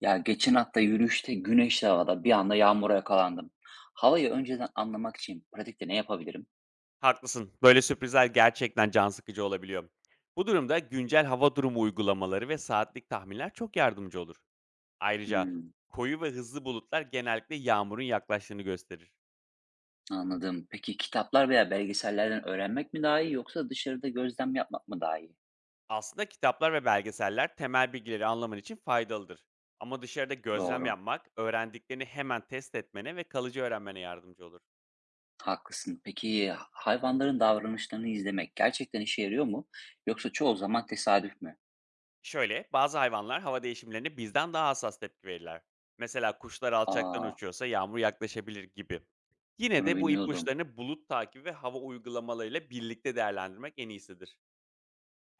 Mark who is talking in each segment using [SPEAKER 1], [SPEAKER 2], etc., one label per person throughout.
[SPEAKER 1] Ya geçen hafta yürüyüşte güneşli havada bir anda yağmura yakalandım. Havayı önceden anlamak için pratikte ne yapabilirim?
[SPEAKER 2] Haklısın. Böyle sürprizler gerçekten can sıkıcı olabiliyor. Bu durumda güncel hava durumu uygulamaları ve saatlik tahminler çok yardımcı olur. Ayrıca
[SPEAKER 1] Hmm,
[SPEAKER 2] koyu ve hızlı bulutlar genellikle yağmurun yaklaştığını gösterir.
[SPEAKER 1] Anladım. Peki kitaplar veya belgesellerden öğrenmek mi daha iyi yoksa dışarıda gözlem yapmak mı daha iyi?
[SPEAKER 2] Aslında kitaplar ve belgeseller temel bilgileri anlaman için faydalıdır. Ama dışarıda gözlem
[SPEAKER 1] Doğru,
[SPEAKER 2] yapmak, öğrendiklerini hemen test etmene ve kalıcı öğrenmene yardımcı olur.
[SPEAKER 1] haklısın. Peki hayvanların davranışlarını izlemek gerçekten işe yarıyor mu? Yoksa çoğu zaman tesadüf mü?
[SPEAKER 2] Şöyle, bazı hayvanlar hava değişimlerine bizden daha hassas tepki verirler. Mesela kuşlar alçaktan
[SPEAKER 1] Aa,
[SPEAKER 2] uçuyorsa yağmur yaklaşabilir gibi. Yine
[SPEAKER 1] bunu
[SPEAKER 2] de bu
[SPEAKER 1] bilmiyordum.
[SPEAKER 2] ipuçlarını bulut takibi ve hava uygulamalarıyla birlikte değerlendirmek en iyisidir.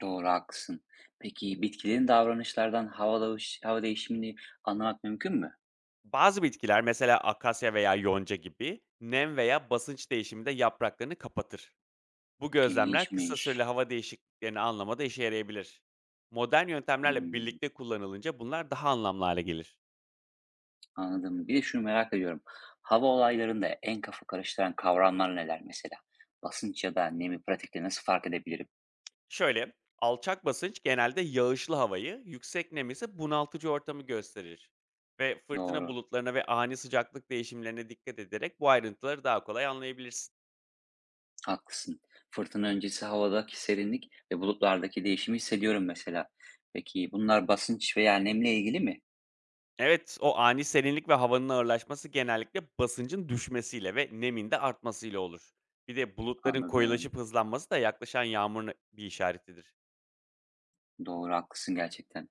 [SPEAKER 1] Doğru, haklısın. Peki bitkilerin davranışlardan hava, hava değişimini anlamak mümkün mü?
[SPEAKER 2] Bazı bitkiler mesela akasya veya yonca gibi nem veya basınç değişiminde yapraklarını kapatır. Bu gözlemler kısa süreli
[SPEAKER 1] İlginçmiş.
[SPEAKER 2] hava değişikliklerini anlamada işe yarayabilir. Modern yöntemlerle
[SPEAKER 1] Hmm.
[SPEAKER 2] birlikte kullanılınca bunlar daha anlamlı hale gelir.
[SPEAKER 1] Anladım. Bir de şunu merak ediyorum. Hava olaylarında en kafa karıştıran kavramlar neler mesela? Basınç ya da nemi pratikte nasıl fark edebilirim?
[SPEAKER 2] Şöyle, alçak basınç genelde yağışlı havayı, yüksek nem ise bunaltıcı ortamı gösterir. Ve fırtına
[SPEAKER 1] Doğru,
[SPEAKER 2] bulutlarına ve ani sıcaklık değişimlerine dikkat ederek bu ayrıntıları daha kolay anlayabilirsin.
[SPEAKER 1] haklısın. Fırtına öncesi havadaki serinlik ve bulutlardaki değişimi hissediyorum mesela. Peki bunlar basınç veya nemle ilgili mi?
[SPEAKER 2] Evet, o ani serinlik ve havanın ağırlaşması genellikle basıncın düşmesiyle ve nemin de artmasıyla olur. Bir de bulutların
[SPEAKER 1] Anladım.
[SPEAKER 2] koyulaşıp hızlanması da yaklaşan yağmurun bir işaretidir.
[SPEAKER 1] Doğru, haklısın gerçekten.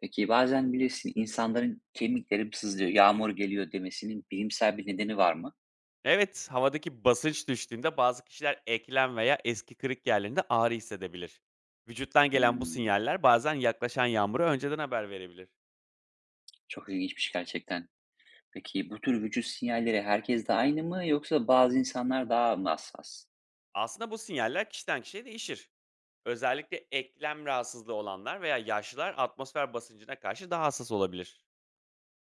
[SPEAKER 1] Peki bazen bilirsin insanların kemikleri sızlıyor, yağmur geliyor demesinin bilimsel bir nedeni var mı?
[SPEAKER 2] Evet, havadaki basınç düştüğünde bazı kişiler eklem veya eski kırık yerlerinde ağrı hissedebilir. Vücuttan gelen bu
[SPEAKER 1] Hmm,
[SPEAKER 2] sinyaller bazen yaklaşan yağmura önceden haber verebilir.
[SPEAKER 1] Çok ilginçmiş gerçekten. Peki bu tür vücut sinyalleri herkes de aynı mı yoksa bazı insanlar daha mı hassas?
[SPEAKER 2] Aslında bu sinyaller kişiden kişiye değişir. Özellikle eklem rahatsızlığı olanlar veya yaşlılar atmosfer basıncına karşı daha hassas olabilir.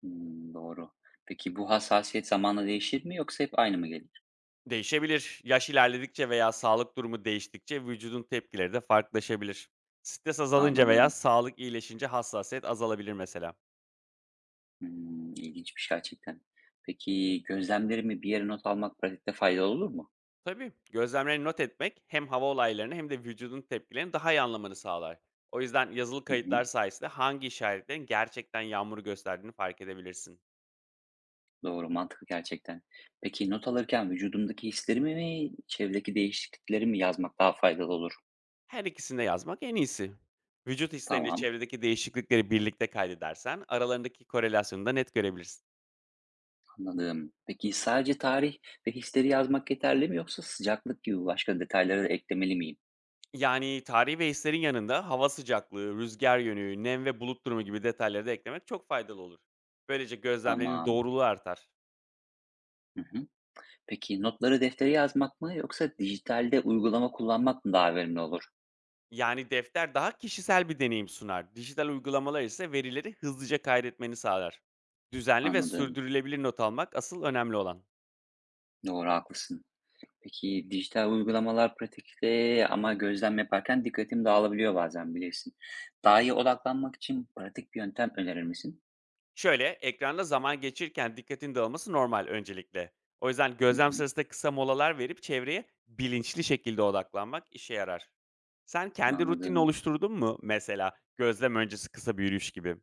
[SPEAKER 1] Doğru. Peki bu hassasiyet zamanla değişir mi yoksa hep aynı mı gelir?
[SPEAKER 2] Değişebilir. Yaş ilerledikçe veya sağlık durumu değiştikçe vücudun tepkileri de farklılaşabilir. Stres azalınca veya
[SPEAKER 1] Anladım.
[SPEAKER 2] sağlık iyileşince hassasiyet azalabilir mesela.
[SPEAKER 1] İlginç bir şey gerçekten. Peki gözlemlerimi bir yere not almak pratikte faydalı olur mu?
[SPEAKER 2] Tabii, gözlemlerini not etmek hem hava olaylarını hem de vücudun tepkilerini daha iyi anlamanı sağlar. O yüzden yazılı
[SPEAKER 1] Hı hı.
[SPEAKER 2] kayıtlar sayesinde hangi işaretlerin gerçekten yağmuru gösterdiğini fark edebilirsin.
[SPEAKER 1] Doğru, mantıklı gerçekten. Peki not alırken vücudumdaki hislerimi mi, çevredeki değişiklikleri mi yazmak daha faydalı olur?
[SPEAKER 2] Her ikisini de yazmak en iyisi. Vücut hisleriyle
[SPEAKER 1] Tamam,
[SPEAKER 2] çevredeki değişiklikleri birlikte kaydedersen aralarındaki korelasyonu da net görebilirsin.
[SPEAKER 1] anladım. Peki sadece tarih ve hisleri yazmak yeterli mi yoksa sıcaklık gibi başka detayları da eklemeli miyim?
[SPEAKER 2] Yani tarihi ve hislerin yanında hava sıcaklığı, rüzgar yönü, nem ve bulut durumu gibi detayları da eklemek çok faydalı olur. Böylece gözlemlerinin
[SPEAKER 1] Tamam.
[SPEAKER 2] doğruluğu artar.
[SPEAKER 1] Hı hı. Peki notları deftere yazmak mı yoksa dijitalde uygulama kullanmak mı daha verimli olur?
[SPEAKER 2] Yani, defter daha kişisel bir deneyim sunar. Dijital uygulamalar ise verileri hızlıca kaydetmeni sağlar. Düzenli ve
[SPEAKER 1] Anladım.
[SPEAKER 2] sürdürülebilir not almak asıl önemli olan.
[SPEAKER 1] Doğru, haklısın. Peki dijital uygulamalar pratikte ama gözlem yaparken dikkatim dağılabiliyor bazen bilirsin. Daha iyi odaklanmak için pratik bir yöntem önerir misin?
[SPEAKER 2] Şöyle, ekranda zaman geçirken dikkatin dağılması normal öncelikle. O yüzden
[SPEAKER 1] Hı
[SPEAKER 2] gözlem
[SPEAKER 1] hı.
[SPEAKER 2] sırasında kısa molalar verip çevreye bilinçli şekilde odaklanmak işe yarar. Sen kendi rutinini
[SPEAKER 1] Anladım.
[SPEAKER 2] oluşturdun mu mesela? Gözlem öncesi kısa bir yürüyüş gibi.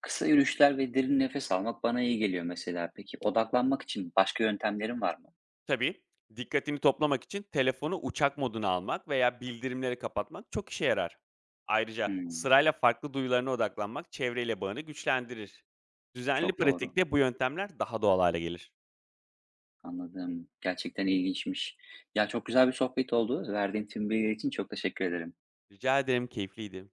[SPEAKER 1] Kısa yürüyüşler ve derin nefes almak bana iyi geliyor mesela. Peki odaklanmak için başka yöntemlerin var mı?
[SPEAKER 2] Tabii, dikkatini toplamak için telefonu uçak moduna almak veya bildirimleri kapatmak çok işe yarar. Ayrıca
[SPEAKER 1] Hmm,
[SPEAKER 2] sırayla farklı duyularına odaklanmak çevreyle bağını güçlendirir. Düzenli
[SPEAKER 1] Çok doğru.
[SPEAKER 2] pratikte bu yöntemler daha doğal hale gelir.
[SPEAKER 1] Anladım. Gerçekten ilginçmiş. Ya, çok güzel bir sohbet oldu. Verdiğin tüm bilgiler için çok teşekkür ederim.
[SPEAKER 2] Rica ederim, keyifliydi.